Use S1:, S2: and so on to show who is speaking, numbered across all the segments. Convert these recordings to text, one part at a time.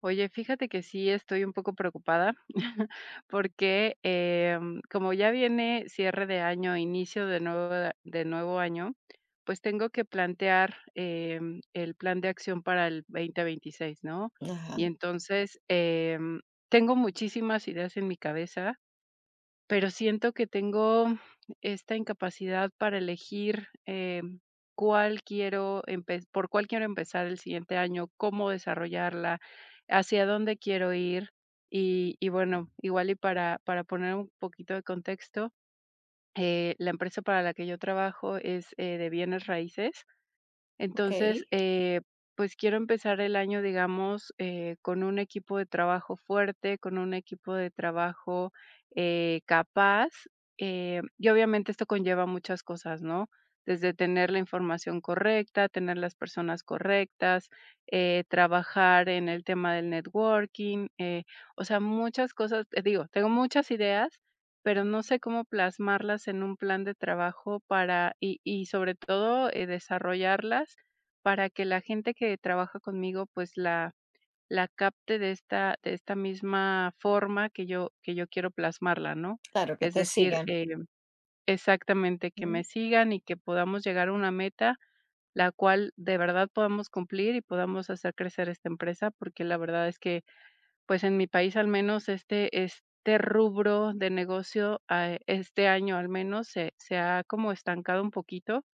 S1: Oye, fíjate que sí estoy un poco preocupada porque, como ya viene cierre de año, inicio de nuevo año, pues tengo que plantear, el plan de acción para el 2026, ¿no?
S2: Ajá,
S1: Y entonces, tengo muchísimas ideas en mi cabeza, pero siento que tengo esta incapacidad para elegir, cuál quiero empezar el siguiente año, cómo desarrollarla, hacia dónde quiero ir. Y bueno, igual y para poner un poquito de contexto, la empresa para la que yo trabajo es, de bienes raíces entonces,
S2: okey.
S1: pues quiero empezar el año, digamos, con un equipo de trabajo fuerte, con un equipo de trabajo capaz. Y obviamente esto conlleva muchas cosas, ¿no? Desde tener la información correcta, tener las personas correctas, trabajar en el tema del networking, o sea, muchas cosas, te digo, tengo muchas ideas, pero no sé cómo plasmarlas en un plan de trabajo para y sobre todo, desarrollarlas para que la gente que trabaja conmigo, pues, la capte de esta misma forma que yo quiero plasmarla, ¿no?
S2: Claro, que
S1: Es
S2: te
S1: decir,
S2: sigan.
S1: exactamente, que
S2: Mm,
S1: me sigan y que podamos llegar a una meta, la cual de verdad podamos cumplir y podamos hacer crecer esta empresa, porque la verdad es que pues en mi país al menos este rubro de negocio, este año al menos se ha como estancado un poquito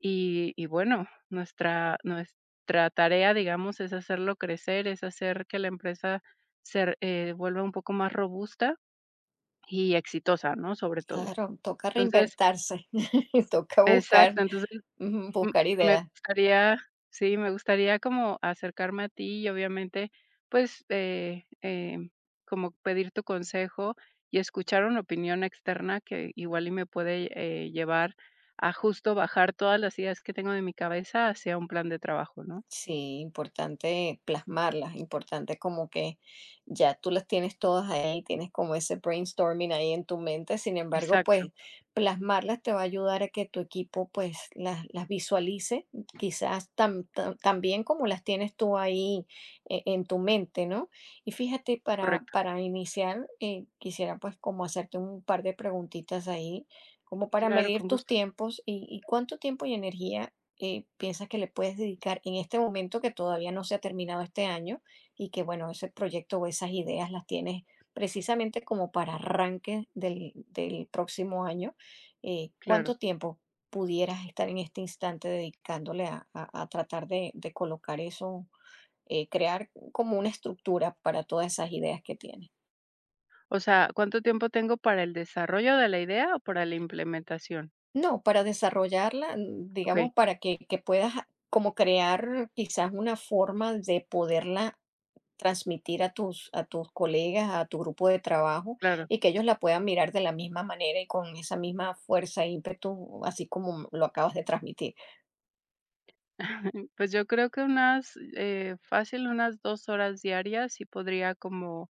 S1: y bueno, nuestra tarea, digamos, es hacerlo crecer, es hacer que la empresa se vuelva un poco más robusta y exitosa, ¿no? Sobre todo.
S2: claro, toca
S1: Entonces
S2: reinvertirse, toca buscar,
S1: exacto, entonces
S2: ujú,
S1: M
S2: buscar
S1: me
S2: ideas.
S1: gustaría sí, me gustaría como acercarme a ti y obviamente, pues, como pedir tu consejo y escuchar una opinión externa que igual y me puede, llevar a justo bajar todas las ideas que tengo de mi cabeza hacia un plan de trabajo, ¿no?
S2: Sí, importante plasmarlas, importante como que ya tú las tienes todas ahí, tienes como ese brainstorming ahí en tu mente, sin embargo,
S1: Exacto,
S2: pues plasmarlas te va a ayudar a que tu equipo pues las visualice, quizás tan, tan bien como las tienes tú ahí en tu mente, ¿no? Y fíjate,
S1: correcto.
S2: para iniciar, quisiera pues como hacerte un par de preguntitas ahí, como para
S1: Claro, con
S2: medir tus
S1: gusto,
S2: tiempos y cuánto tiempo y energía piensas que le puedes dedicar en este momento que todavía no se ha terminado este año y que, bueno, ese proyecto o esas ideas las tienes precisamente como para arranque del próximo año.
S1: claro.
S2: ¿Cuánto tiempo pudieras estar en este instante dedicándole a, a tratar de colocar eso, crear como una estructura para todas esas ideas que tienes?
S1: O sea, ¿cuánto tiempo tengo para el desarrollo de la idea o para la implementación?
S2: No, para desarrollarla, mm, digamos,
S1: Okey,
S2: para que puedas como crear quizás una forma de poderla transmitir a tus colegas, a tu grupo de trabajo,
S1: claro.
S2: y que ellos la puedan mirar de la misma manera y con esa misma fuerza e ímpetu, así como lo acabas de transmitir.
S1: Pues yo creo que unas, fácil, unas 2 horas diarias sí podría como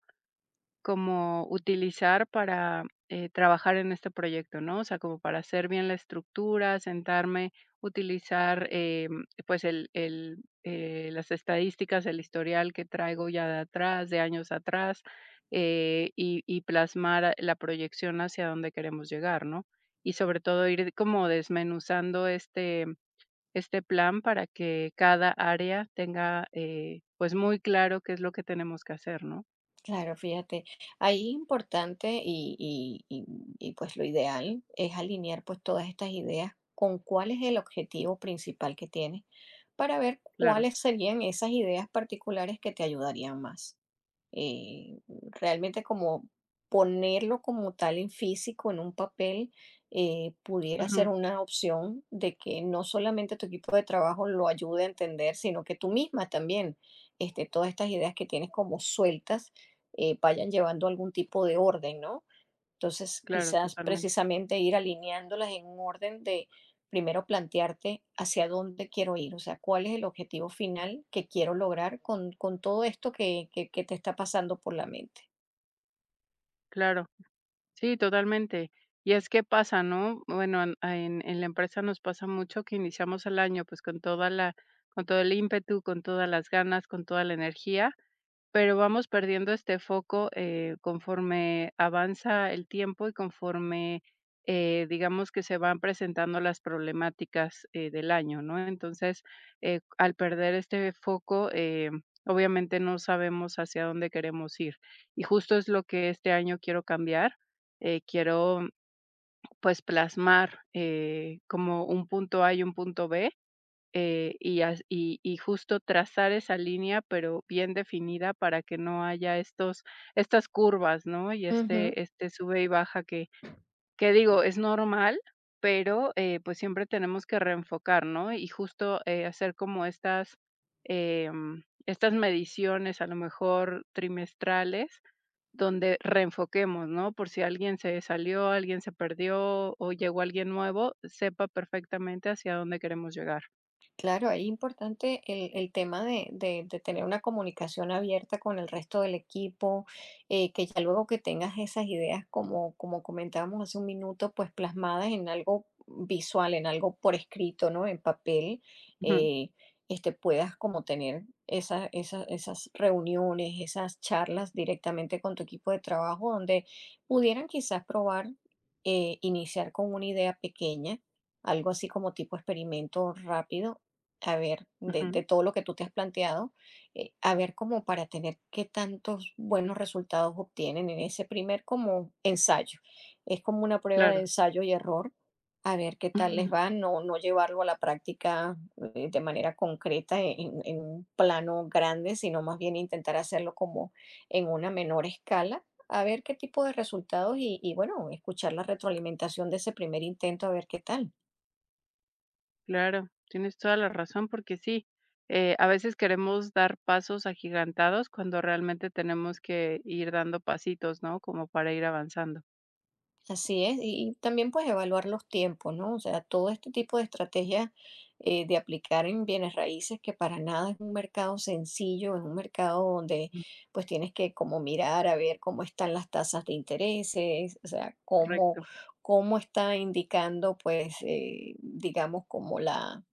S1: como utilizar para, trabajar en este proyecto, ¿no? O sea, como para hacer bien la estructura, sentarme, utilizar, pues, las estadísticas, el historial que traigo ya de atrás, de años atrás, y plasmar la proyección hacia donde queremos llegar, ¿no? Y sobre todo ir como desmenuzando este plan para que cada área tenga, pues, muy claro qué es lo que tenemos que hacer, ¿no?
S2: Claro, fíjate, ahí importante pues lo ideal es alinear pues todas estas ideas con cuál es el objetivo principal que tienes para ver
S1: Claro.
S2: cuáles serían esas ideas particulares que te ayudarían más. Eh, realmente como ponerlo como tal en físico, en un papel, pudiera ser
S1: Ujú.
S2: una opción de que no solamente tu equipo de trabajo lo ayude a entender, sino que tú misma también, este, todas estas ideas que tienes como sueltas, vayan llevando algún tipo de orden, ¿no? Entonces,
S1: Claro,
S2: quizás
S1: totalmente.
S2: precisamente ir alineándolas en un orden de primero plantearte hacia dónde quiero ir, o sea, cuál es el objetivo final que quiero lograr con todo esto que te está pasando por la mente.
S1: Claro. Sí, totalmente. Y es que pasa, ¿no? Bueno, en en la empresa nos pasa mucho que iniciamos el año, pues, con toda la con todo el ímpetu, con todas las ganas, con toda la energía. Pero vamos perdiendo este foco, conforme avanza el tiempo y conforme, digamos que se van presentando las problemáticas, del año, ¿no? Entonces, al perder este foco, obviamente no sabemos hacia dónde queremos ir. Y justo es lo que este año quiero cambiar. Quiero, pues, plasmar, como un punto A y un punto B y as y justo trazar esa línea, pero bien definida para que no haya estos estas curvas, ¿no? Y este sube y baja que digo, es normal, pero, pues, siempre tenemos que reenfocar, ¿no? Y justo, hacer como estas, estas mediciones, a lo mejor trimestrales, donde reenfoquemos, ¿no? Por si alguien se salió, alguien se perdió o llegó alguien nuevo, sepa perfectamente hacia dónde queremos llegar.
S2: Claro, es importante el tema de, de tener una comunicación abierta con el resto del equipo, que ya luego que tengas esas ideas, como, como comentábamos hace un minuto, pues plasmadas en algo visual, en algo por escrito, ¿no? En papel, eh, este, puedas como tener esas reuniones, esas charlas directamente con tu equipo de trabajo, donde pudieran quizás probar, iniciar con una idea pequeña, algo así como tipo experimento rápido, a ver, de
S1: Ujú,
S2: todo lo que tú te has planteado, a ver como para tener qué tantos buenos resultados obtienen en ese primer como ensayo. Es como una prueba de
S1: claro,
S2: ensayo y error, a ver qué tal les va, no, no llevarlo a la práctica de manera concreta en un plano grande, sino más bien intentar hacerlo como en una menor escala. A ver qué tipo de resultados y bueno, escuchar la retroalimentación de ese primer intento, a ver qué tal.
S1: claro, tienes toda la razón, porque sí, a veces queremos dar pasos agigantados cuando realmente tenemos que ir dando pasitos, ¿no? Como para ir avanzando.
S2: Así es, y también pues evaluar los tiempos, ¿no? O sea, todo este tipo de estrategias de aplicar en bienes raíces, que para nada es un mercado sencillo, es un mercado donde
S1: Mm.
S2: pues tienes que como mirar a ver cómo están las tasas de intereses, o sea,
S1: Correcto,
S2: cómo está indicando pues, digamos, como la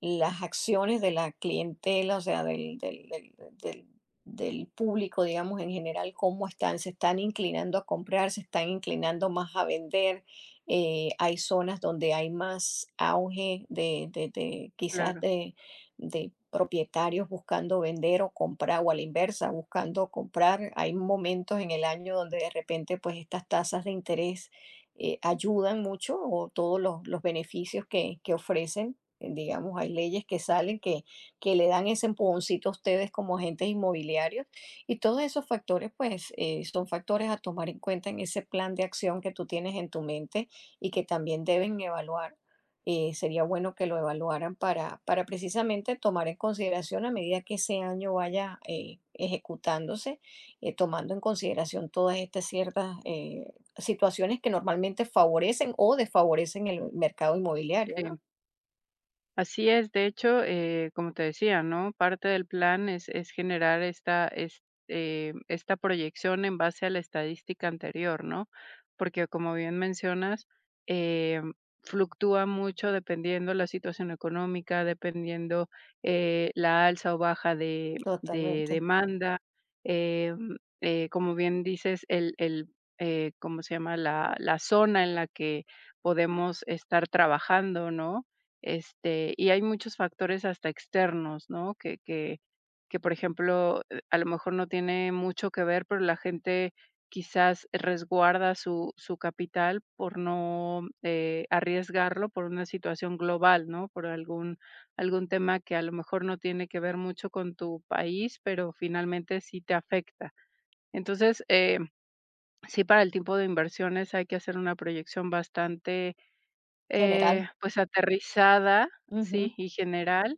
S2: las acciones de la clientela, o sea, del- del público, digamos, en general, cómo están, se están inclinando a comprar, se están inclinando más a vender. Hay zonas donde hay más auge de, quizás
S1: claro,
S2: de propietarios buscando vender o comprar, o a la inversa, buscando comprar. Hay momentos en el año donde de repente, pues, estas tasas de interés ayudan mucho o todos los beneficios que ofrecen, digamos, hay leyes que salen que le dan ese empujoncito a ustedes como agentes inmobiliarios y todos esos factores, pues, son factores a tomar en cuenta en ese plan de acción que tú tienes en tu mente y que también deben evaluar. Sería bueno que lo evaluaran para precisamente tomar en consideración a medida que ese año vaya ejecutándose, tomando en consideración todas estas ciertas situaciones que normalmente favorecen o desfavorecen el mercado inmobiliario, ¿no?
S1: sí. Así es, de hecho, como te decía, ¿no? Parte del plan es, es generar esta proyección en base a la estadística anterior, ¿no? Porque como bien mencionas, eh, fluctúa mucho dependiendo la situación económica, dependiendo la alza o baja de
S2: Totalmente,
S1: demanda. eh, como bien dices, ¿cómo se llama? La zona en la que podemos estar trabajando, ¿no? Este, y hay muchos factores hasta externos, ¿no? Por ejemplo, a lo mejor no tiene mucho que ver, pero la gente quizás resguarda su capital por no, arriesgarlo por una situación global, ¿no? Por algún tema que a lo mejor no tiene que ver mucho con tu país, pero finalmente sí te afecta. Entonces, sí, para el tipo de inversiones hay que hacer una proyección bastante
S2: general.
S1: pues aterrizada,
S2: Ujú.
S1: sí, y general,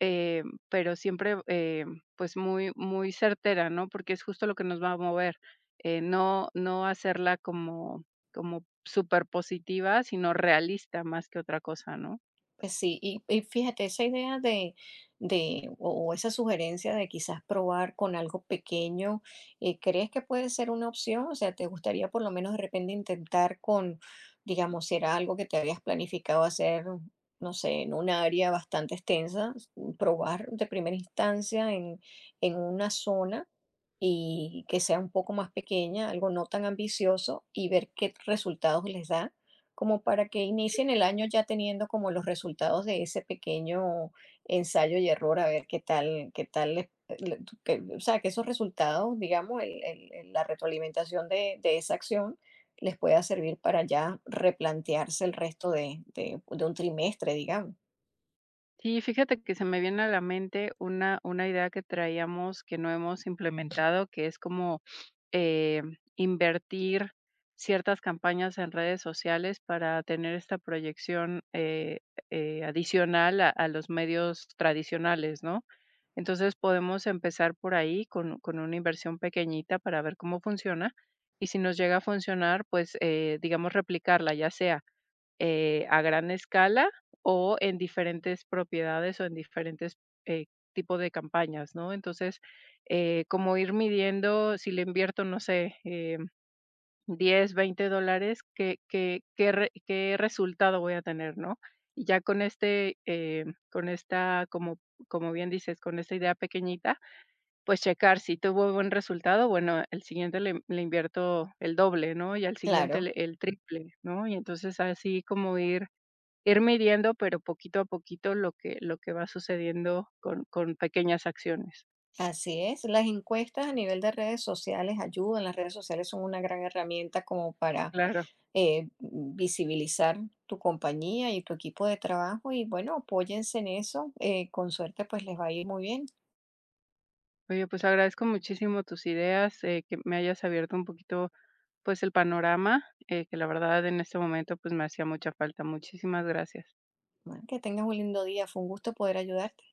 S1: eh, pero siempre, pues muy, muy certera, ¿no? Porque es justo lo que nos va a mover. No, no hacerla como, como súper positiva sino realista más que otra cosa, ¿no?
S2: Pues sí, y fíjate, esa idea de o esa sugerencia de quizás probar con algo pequeño, ¿crees que puede ser una opción? O sea, ¿te gustaría por lo menos de repente intentar con, digamos, si era algo que te habías planificado hacer, no sé, en un área bastante extensa, probar de primera instancia en una zona y que sea un poco más pequeña, algo no tan ambicioso y ver qué resultados les da? Como para que inicien el año ya teniendo como los resultados de ese pequeño ensayo y error, a ver qué tal le- o sea, que esos resultados, digamos, la retroalimentación de, esa acción les pueda servir para ya replantearse el resto de, de un trimestre, digamos.
S1: Sí, fíjate que se me viene a la mente una idea que traíamos que no hemos implementado, que es como, eh, invertir ciertas campañas en redes sociales para tener esta proyección, adicional a los medios tradicionales, ¿no? Entonces, podemos empezar por ahí con una inversión pequeñita para ver cómo funciona, y si nos llega a funcionar, pues, digamos, replicarla, ya sea a gran escala o en diferentes propiedades o en diferentes eh, tipo de campañas, ¿no? Entonces, como ir midiendo, si le invierto, no sé, 10, $20, ¿qué resultado voy a tener, ¿no? Y ya con este, con esta, como, como bien dices, con esta idea pequeñita, pues checar si tuvo buen resultado, bueno, el siguiente le invierto el doble, ¿no? Y al
S2: Claro,
S1: siguiente el triple, ¿no? Y entonces así como ir midiendo, pero poquito a poquito lo que va sucediendo con pequeñas acciones.
S2: así es. Las encuestas a nivel de redes sociales ayudan. Las redes sociales son una gran herramienta como para
S1: Claro.
S2: visibilizar tu compañía y tu equipo de trabajo y bueno, apóyense en eso. Eh, con suerte pues les va a ir muy bien.
S1: Oye, pues agradezco muchísimo tus ideas, que me hayas abierto un poquito, pues el panorama, que la verdad en este momento, pues me hacía mucha falta. Muchísimas gracias.
S2: Bueno, que tengas un lindo día. Fue un gusto poder ayudarte.